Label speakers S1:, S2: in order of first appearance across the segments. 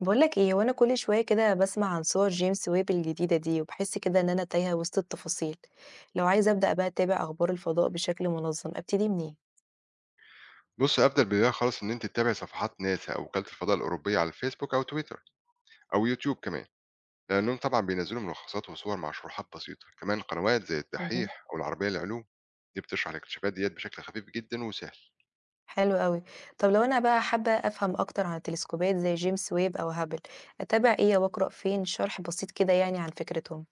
S1: بقولك ايه وانا كل شويه كده بسمع عن صور جيمس ويب الجديده دي وبحس كده ان انا تايهه وسط التفاصيل. لو عايزه ابدا بقى اتابع اخبار الفضاء بشكل منظم ابتدي منين؟
S2: بص افضل بدايه خالص ان انت تتابع صفحات ناسا او وكاله الفضاء الاوروبيه على الفيسبوك او تويتر او يوتيوب كمان. لانهم طبعا بينزلوا ملخصات وصور مع شروحات بسيطه، كمان قنوات زي
S1: مهم.
S2: الدحيح او العربيه للعلوم دي بتشرح الاكتشافات ديت بشكل خفيف جدا وسهل.
S1: حلو قوي. طب لو انا بقى حابه افهم اكتر عن التلسكوبات زي جيمس ويب او هابل اتابع ايه واقرا فين شرح بسيط كده يعني عن فكرتهم؟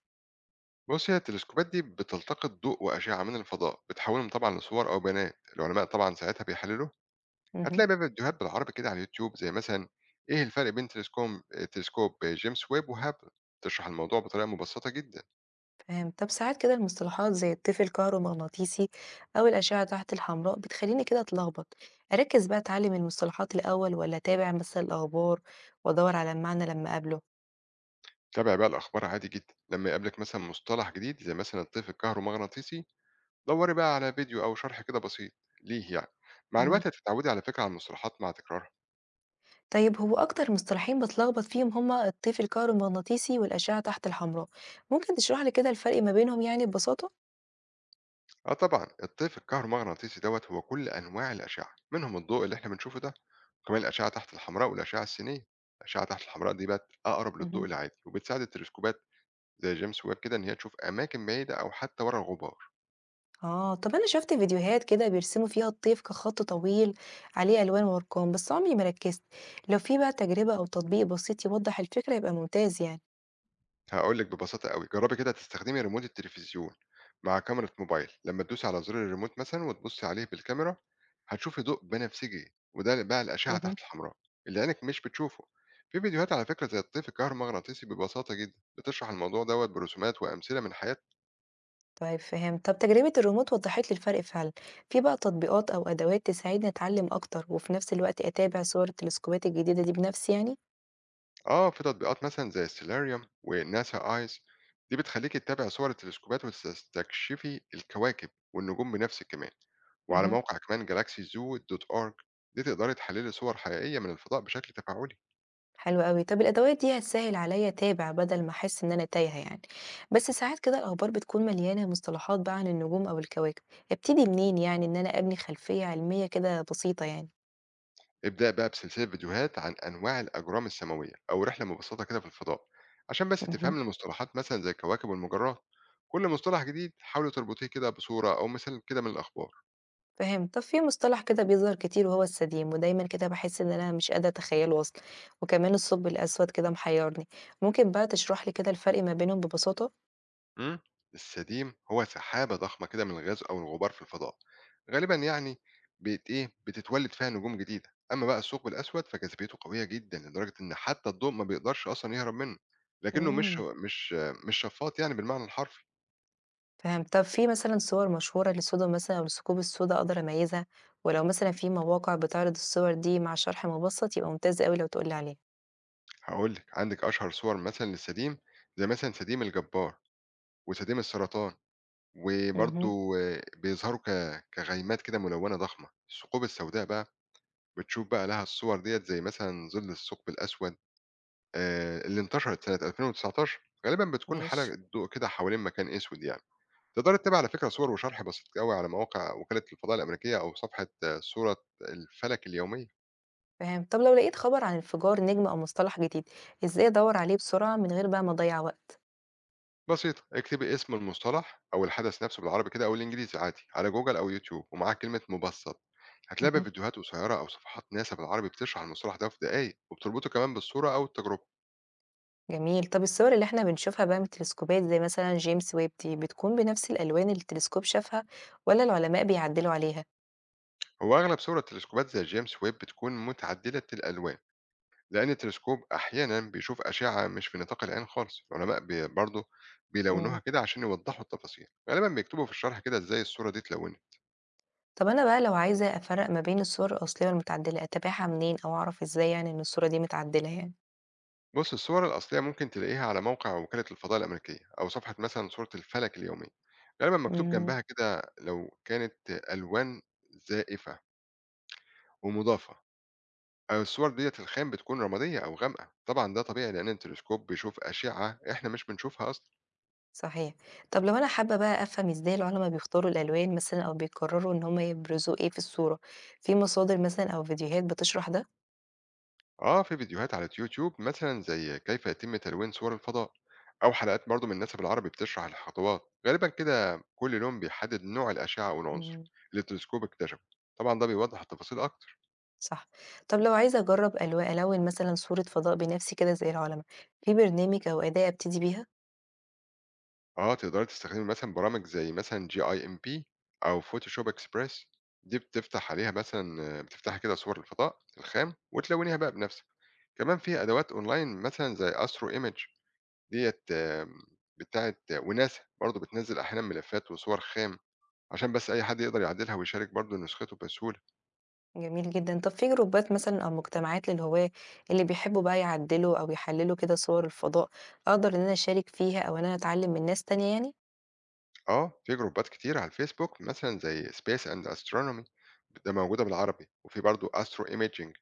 S2: بص، هي التلسكوبات دي بتلتقط ضوء واشعه من الفضاء، بتحولهم طبعا لصور او بيانات، العلماء طبعا ساعتها بيحللوه.
S1: مهم.
S2: هتلاقي بقى فيديوهات بالعربي كده على اليوتيوب، زي مثلا ايه الفرق بين تلسكوب جيمس ويب وهابل، تشرح الموضوع بطريقه مبسطه جدا.
S1: تمام. طب ساعات كده المصطلحات زي الطفل الكهرومغناطيسي أو الأشعة تحت الحمراء بتخليني كده أتلخبط، أركز بقى أتعلم المصطلحات الأول ولا أتابع مثلا الأخبار وأدور على المعنى لما أقابله؟
S2: تابع بقى الأخبار عادي جدًا، لمّا يقابلِك مثلًا مصطلح جديد زي مثلًا الطيف الكهرومغناطيسي، دوري بقى على فيديو أو شرح كده بسيط ليه يعني، مع
S1: مم.
S2: الوقت هتتعودي على فكرة على المصطلحات مع تكرارها.
S1: طيب هو أكتر مصطلحين بتلخبط فيهم هما الطفل الكهرومغناطيسي والأشعة تحت الحمراء، ممكن تشرح لي كده الفرق ما بينهم يعني ببساطة؟
S2: آه طبعًا، الطيف الكهرومغناطيسي دوّة هو كل أنواع الأشعة، منهم الضوء اللي إحنا بنشوفه ده، وكمان الأشعة تحت الحمراء والأشعة السينية. الأشعة تحت الحمراء دي بقت أقرب للضوء
S1: مهم.
S2: العادي، وبتساعد التلسكوبات زي جيمس ويب كده إن هي تشوف أماكن بعيدة أو حتى ورا الغبار.
S1: آه، طب أنا شُفت فيديوهات كده بيرسموا فيها الطيف كخط طويل عليه ألوان وأرقام، بس عمري ما ركّزت، لو في بقى تجربة أو تطبيق بسيط يوضّح الفكرة يبقى ممتاز يعني.
S2: هاقول لِك ببساطة أوي، جرّبي كده تستخدمي ريموت التلفزيون مع كاميرا موبايل، لمّا تدوسي على زر الريموت مثلًا وتبُصّي عليه بالكاميرا، هتشوفي ضوء بنفسجي وده بقى الأشعة
S1: اهم.
S2: تحت الحمراء اللي عينِك مش بتشوفه. في فيديوهات على فكرة زي الطيف الكهرومغناطيسي ببساطة جدًا بتشرح الموضوع دوّة برسومات وأمثلة من حياة.
S1: طيب فهمت. طب تجربة الريموت وضّحت لي الفرق فعلًا، في بقى تطبيقات أو أدوات تساعدني أتعلّم أكتر وفي نفس الوقت أتابع صور التلسكوبات الجديدة دي بنفسي يعني؟
S2: اه، في تطبيقات مثلا زي ستيلاريوم وناسا ايس، دي بتخليك تتابع صور التلسكوبات وتستكشفي الكواكب والنجوم بنفسك كمان، وعلى
S1: اهم.
S2: موقع كمان جالاكسي زو دوت اورج دي تقدري تحللي صور حقيقيه من الفضاء بشكل تفاعلي.
S1: حلو أوي. طب الأدوات دي هتسهل عليّا أتابع بدل ما أحس إن أنا تايهة يعني، بس ساعات كده الأخبار بتكون مليانة مصطلحات بقى عن النجوم أو الكواكب، ابتدي منين يعني إن أنا أبني خلفية علمية كده بسيطة يعني؟
S2: ابدأ بقى بسلسله فيديوهات عن انواع الاجرام السماويه او رحله مبسطه كده في الفضاء، عشان بس
S1: مهم.
S2: تفهم المصطلحات مثلا زي الكواكب والمجرات، كل مصطلح جديد حاولي تربطيه كده بصوره او مثال كده من الاخبار.
S1: فهمت. طب في مصطلح كده بيظهر كتير وهو السديم، ودايمًا كده باحس إن أنا مش قادرة أتخيله أصلًا، وكمان الثقب الأسود كده محيرني، ممكن بقى تشرح لي كده الفرق ما بينهم ببساطة؟
S2: مم. السديم هو سحابة ضخمة كده من الغاز أو الغبار في الفضاء، غالبا يعني بت إيه بتتولد فيها نجوم جديدة. أما بقى الثقب الأسود فجاذبيته قوية جدا لدرجة إن حتى الضوء ما بيقدرش أصلا يهرب منه، لكنه مش
S1: مم.
S2: مش مش شفاط يعني بالمعنى الحرفي.
S1: فهمت. طب في مثلًا صور مشهورة للصُدى مثلًا أو للثقوب السودا أقدر أميّزها؟ ولو مثلًا في مواقع بتعرض الصور دي مع شرح مبسّط يبقى ممتاز أوي لو تقول لي عليها.
S2: هقول لك عندك أشهر صور مثلا للسديم زي مثلا سديم الجبار وسديم السرطان،
S1: اهم،
S2: وبرضو آه، بيظهروا كغيمات كده ملونة ضخمة. الثقوب السوداء بقى بتشوف بقى لها الصور ديت زي مثلا ظل الثقب الأسود اللي انتشرت سنة 2019، غالبًا بتكون حلقة
S1: ماشي،
S2: ضوء كده حوالين مكان أسود يعني. تقدري تتابعي على فكرة صور وشرح بسيط أوي على مواقع وكالة الفضاء الأمريكية أو صفحة صورة الفلك اليومية.
S1: فهمت. طب لو لقيت خبر عن انفجار نجم أو مصطلح جديد، إزاي أدوّر عليه بسرعة من غير بقى ما أضيّع وقت؟
S2: بسيطة. اكتبي اسم المصطلح أو الحدث نفسه بالعربي كده أو الإنجليزي عادي على جوجل أو يوتيوب ومعاه كلمة مُبسّط. هتلاقي بقى
S1: اهم.
S2: فيديوهات قصيرة أو صفحات ناسا بالعربي بتشرح المصطلح ده في دقايق وبتربطه كمان بالصورة أو التجربة.
S1: جميل. طب الصور اللي إحنا بنشوفها بقى من التلسكوبات زي مثلًا جيمس ويب دي، بتكون بنفس الألوان اللي التلسكوب شافها والّا العلماء بيعدّلوا عليها؟
S2: هو أغلب صور التلسكوبات زي جيمس ويب بتكون متعدلة الألوان. لأن التلسكوب أحيانا بيشوف أشعة مش في نطاق العين خالص، العلماء برضه
S1: إمم.
S2: بيلونوها كده عشان يوضحوا التفاصيل، غالبا بيكتبوا في الشرح كده إزاي الصورة دي اتلونت.
S1: طب أنا بقى لو عايزة أفرّق ما بين الصور الأصلية والمتعدلة، أتابعها منين أو أعرف إزاي يعني إن الصورة دي متعدلة يعني؟
S2: بص الصور الأصلية ممكن تلاقيها على موقع وكالة الفضاء الأمريكية أو صفحة مثلا صورة الفلك اليومية، غالبا مكتوب
S1: إمم،
S2: جنبها كده لو كانت ألوان زائفة ومضافة. أو الصور دية الخام بتكون رمادية أو غامقة، طبعا ده طبيعي لأن التلسكوب بيشوف أشعة إحنا مش بنشوفها أصلا.
S1: صحيح. طب لو أنا حابة بقى أفهم إزاي العُلما بيختاروا الألوان مثلًا أو بيقرروا إن هم يبرزوا إيه في الصورة، في مصادر مثلًا أو فيديوهات بتشرح ده؟
S2: آه، في فيديوهات على اليوتيوب مثلًا زي كيف يتم تلوين صور الفضاء، أو حلقات برضه من ناسا بالعربي بتشرح الخطوات، غالبًا كده كل لون بيحدد نوع الأشعة أو العنصر
S1: إمم،
S2: اللي التلسكوب اكتشفه، طبعًا ده بيوضح التفاصيل أكتر.
S1: صح. طب لو عايزة أجرّب ألوِّن مثلًا صورة فضاء بنَفْسي كده زي العُلما، في برنامج أو أداة أبتدي بيها؟
S2: آه، تقدري تستخدمي مثلًا برامج زي مثلًا GIMP أو Photoshop Express، دي بتفتح عليها مثلًا بتفتحي كده صور الفضاء الخام وتلونيها بقى بنفسك، كمان في أدوات أونلاين مثلًا زي Astro Image ديّة بتاعة وناسا برضه بتنزّل أحيانًا ملفات وصور خام. عشان بس أي حد يقدر يعدلها ويشارك برضه نسخته بسهولة.
S1: جميل جدًا. طب في جروبات مثلًا أو مجتمعات للهواة اللي بيحبوا بقى يعدّلوا أو يحلّلوا كده صور الفضاء، أقدر إن أنا أشارك فيها أو إن أنا أتعلّم من ناس تانية يعني؟
S2: آه، في جروبات كتير على الفيسبوك مثلًا زي Space and Astronomy، ده موجودة بالعربي، وفي برضه Astro Imaging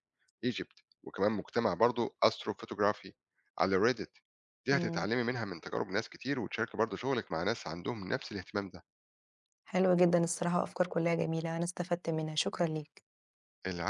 S2: Egypt وكمان مجتمع برضه Astro Photography على Reddit. دي
S1: إمم،
S2: هتتعلمي منها من تجارب ناس كتير وتشاركي برضه شغلك مع ناس عندهم نفس الاهتمام ده.
S1: حلو جدًا الصراحة وأفكار كلّها جميلة، أنا استفدت منها، شكرًا ليك.
S2: الع